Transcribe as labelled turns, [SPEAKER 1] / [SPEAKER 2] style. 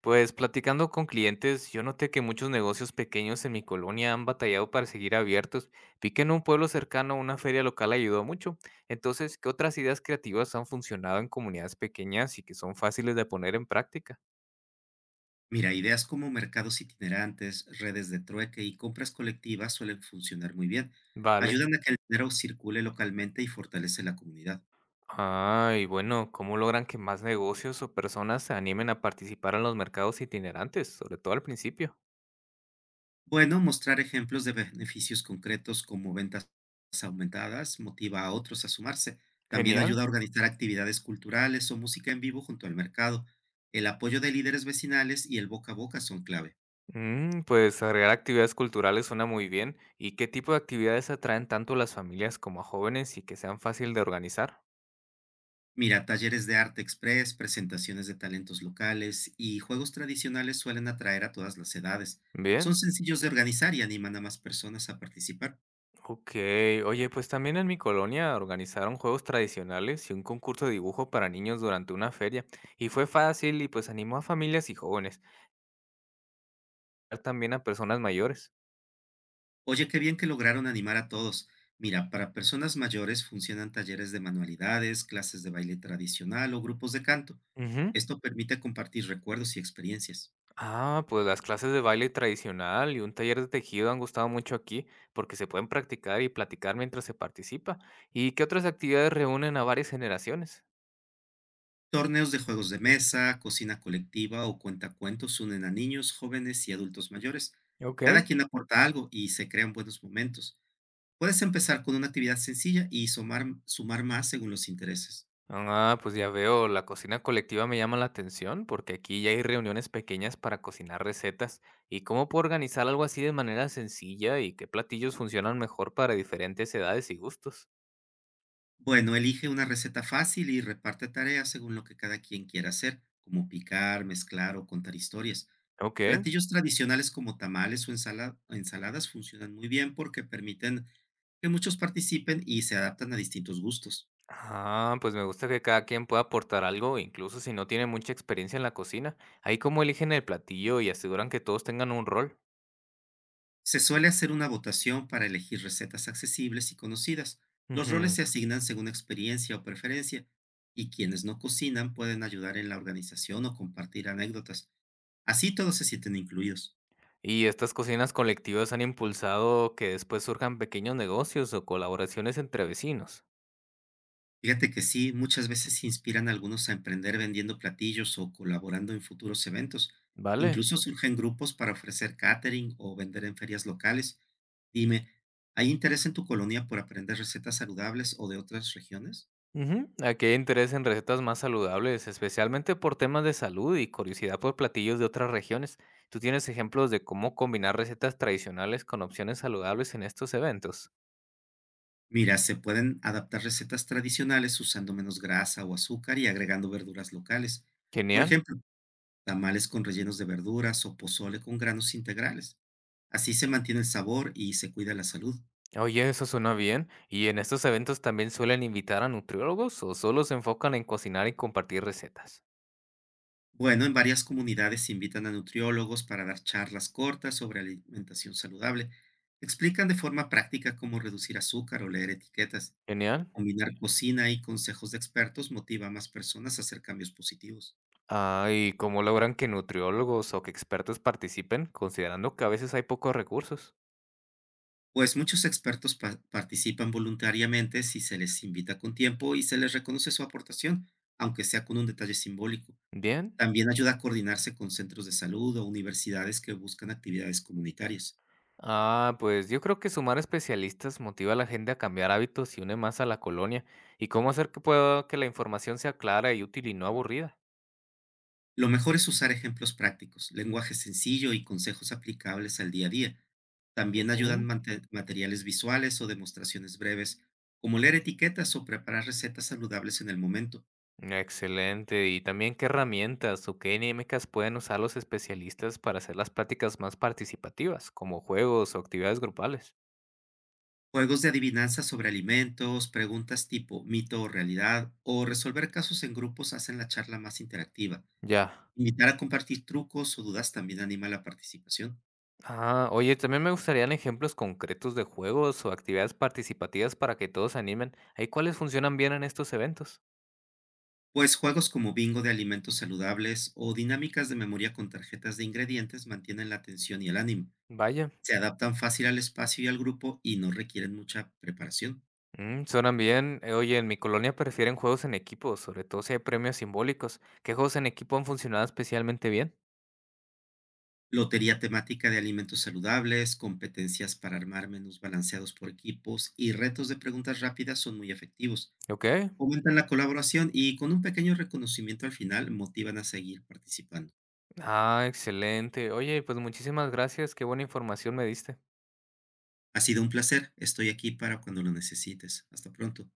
[SPEAKER 1] Pues platicando con clientes, yo noté que muchos negocios pequeños en mi colonia han batallado para seguir abiertos. Vi que en un pueblo cercano una feria local ayudó mucho. Entonces, ¿qué otras ideas creativas han funcionado en comunidades pequeñas y que son fáciles de poner en práctica?
[SPEAKER 2] Mira, ideas como mercados itinerantes, redes de trueque y compras colectivas suelen funcionar muy bien.
[SPEAKER 1] Vale.
[SPEAKER 2] Ayudan a que el dinero circule localmente y fortalece la comunidad.
[SPEAKER 1] ¿Cómo logran que más negocios o personas se animen a participar en los mercados itinerantes, sobre todo al principio?
[SPEAKER 2] Bueno, mostrar ejemplos de beneficios concretos como ventas aumentadas motiva a otros a sumarse. También
[SPEAKER 1] Genial.
[SPEAKER 2] ayuda a organizar actividades culturales o música en vivo junto al mercado. El apoyo de líderes vecinales y el boca a boca son clave.
[SPEAKER 1] Pues agregar actividades culturales suena muy bien. ¿Y qué tipo de actividades atraen tanto a las familias como a jóvenes y que sean fácil de organizar?
[SPEAKER 2] Mira, talleres de arte express, presentaciones de talentos locales y juegos tradicionales suelen atraer a todas las edades. Son
[SPEAKER 1] Bien,
[SPEAKER 2] sencillos de organizar y animan a más personas a participar.
[SPEAKER 1] ok. Oye, pues también en mi colonia organizaron juegos tradicionales y un concurso de dibujo para niños durante una feria. Y fue fácil y pues animó a familias y jóvenes, también a personas mayores.
[SPEAKER 2] Oye, qué bien que lograron animar a todos. Mira, para personas mayores funcionan talleres de manualidades, clases de baile tradicional o grupos de canto.
[SPEAKER 1] Ujú.
[SPEAKER 2] Esto permite compartir recuerdos y experiencias.
[SPEAKER 1] Pues las clases de baile tradicional y un taller de tejido han gustado mucho aquí porque se pueden practicar y platicar mientras se participa. ¿Y qué otras actividades reúnen a varias generaciones?
[SPEAKER 2] Torneos de juegos de mesa, cocina colectiva o cuentacuentos unen a niños, jóvenes y adultos mayores.
[SPEAKER 1] Ok.
[SPEAKER 2] Cada quien aporta algo y se crean buenos momentos. Puedes empezar con una actividad sencilla y sumar más según los intereses.
[SPEAKER 1] Pues ya veo, la cocina colectiva me llama la atención porque aquí ya hay reuniones pequeñas para cocinar recetas. ¿Y cómo puedo organizar algo así de manera sencilla y qué platillos funcionan mejor para diferentes edades y gustos?
[SPEAKER 2] Bueno, elige una receta fácil y reparte tareas según lo que cada quien quiera hacer, como picar, mezclar o contar historias.
[SPEAKER 1] Ok.
[SPEAKER 2] Platillos tradicionales como tamales o ensaladas funcionan muy bien porque permiten que muchos participen y se adaptan a distintos gustos.
[SPEAKER 1] Pues me gusta que cada quien pueda aportar algo, incluso si no tiene mucha experiencia en la cocina. Ahí como eligen el platillo y aseguran que todos tengan un rol.
[SPEAKER 2] Se suele hacer una votación para elegir recetas accesibles y conocidas. Los roles
[SPEAKER 1] Ujú.
[SPEAKER 2] se asignan según experiencia o preferencia, y quienes no cocinan pueden ayudar en la organización o compartir anécdotas. Así todos se sienten incluidos.
[SPEAKER 1] ¿Y estas cocinas colectivas han impulsado que después surjan pequeños negocios o colaboraciones entre vecinos?
[SPEAKER 2] Fíjate que sí, muchas veces se inspiran a algunos a emprender vendiendo platillos o colaborando en futuros eventos.
[SPEAKER 1] Vale.
[SPEAKER 2] Incluso surgen grupos para ofrecer catering o vender en ferias locales. Dime, ¿hay interés en tu colonia por aprender recetas saludables o de otras regiones?
[SPEAKER 1] Ujú. Aquí hay interés en recetas más saludables, especialmente por temas de salud y curiosidad por platillos de otras regiones. ¿Tú tienes ejemplos de cómo combinar recetas tradicionales con opciones saludables en estos eventos?
[SPEAKER 2] Mira, se pueden adaptar recetas tradicionales usando menos grasa o azúcar y agregando verduras locales. Por
[SPEAKER 1] Genial.
[SPEAKER 2] ejemplo, tamales con rellenos de verduras o pozole con granos integrales. Así se mantiene el sabor y se cuida la salud.
[SPEAKER 1] Oye, eso suena bien. ¿Y en estos eventos también suelen invitar a nutriólogos o solo se enfocan en cocinar y compartir recetas?
[SPEAKER 2] Bueno, en varias comunidades invitan a nutriólogos para dar charlas cortas sobre alimentación saludable. Explican de forma práctica cómo reducir azúcar o leer etiquetas.
[SPEAKER 1] Genial.
[SPEAKER 2] Combinar cocina y consejos de expertos motiva a más personas a hacer cambios positivos.
[SPEAKER 1] ¿Y cómo logran que nutriólogos o que expertos participen, considerando que a veces hay pocos recursos?
[SPEAKER 2] Pues muchos expertos participan voluntariamente si se les invita con tiempo y se les reconoce su aportación, aunque sea con un detalle simbólico.
[SPEAKER 1] Bien.
[SPEAKER 2] También ayuda a coordinarse con centros de salud o universidades que buscan actividades comunitarias.
[SPEAKER 1] Pues yo creo que sumar especialistas motiva a la gente a cambiar hábitos y une más a la colonia. ¿Y cómo hacer que pueda que la información sea clara y útil y no aburrida?
[SPEAKER 2] Lo mejor es usar ejemplos prácticos, lenguaje sencillo y consejos aplicables al día a día. También ayudan materiales visuales o demostraciones breves, como leer etiquetas o preparar recetas saludables en el momento.
[SPEAKER 1] Excelente. ¿Y también qué herramientas o qué dinámicas pueden usar los especialistas para hacer las prácticas más participativas, como juegos o actividades grupales?
[SPEAKER 2] Juegos de adivinanza sobre alimentos, preguntas tipo mito o realidad, o resolver casos en grupos hacen la charla más interactiva.
[SPEAKER 1] Ya.
[SPEAKER 2] Invitar a compartir trucos o dudas también anima la participación.
[SPEAKER 1] Oye, también me gustarían ejemplos concretos de juegos o actividades participativas para que todos se animen. ¿Hay cuáles funcionan bien en estos eventos?
[SPEAKER 2] Pues juegos como bingo de alimentos saludables o dinámicas de memoria con tarjetas de ingredientes mantienen la atención y el ánimo.
[SPEAKER 1] Vaya.
[SPEAKER 2] Se adaptan fácil al espacio y al grupo y no requieren mucha preparación.
[SPEAKER 1] Suenan bien. Oye, en mi colonia prefieren juegos en equipo, sobre todo si hay premios simbólicos. ¿Qué juegos en equipo han funcionado especialmente bien?
[SPEAKER 2] Lotería temática de alimentos saludables, competencias para armar menús balanceados por equipos y retos de preguntas rápidas son muy efectivos.
[SPEAKER 1] Ok.
[SPEAKER 2] Fomentan la colaboración y con un pequeño reconocimiento al final motivan a seguir participando.
[SPEAKER 1] Ah, excelente. Oye, pues muchísimas gracias, qué buena información me diste.
[SPEAKER 2] Ha sido un placer, estoy aquí para cuando lo necesites. Hasta pronto.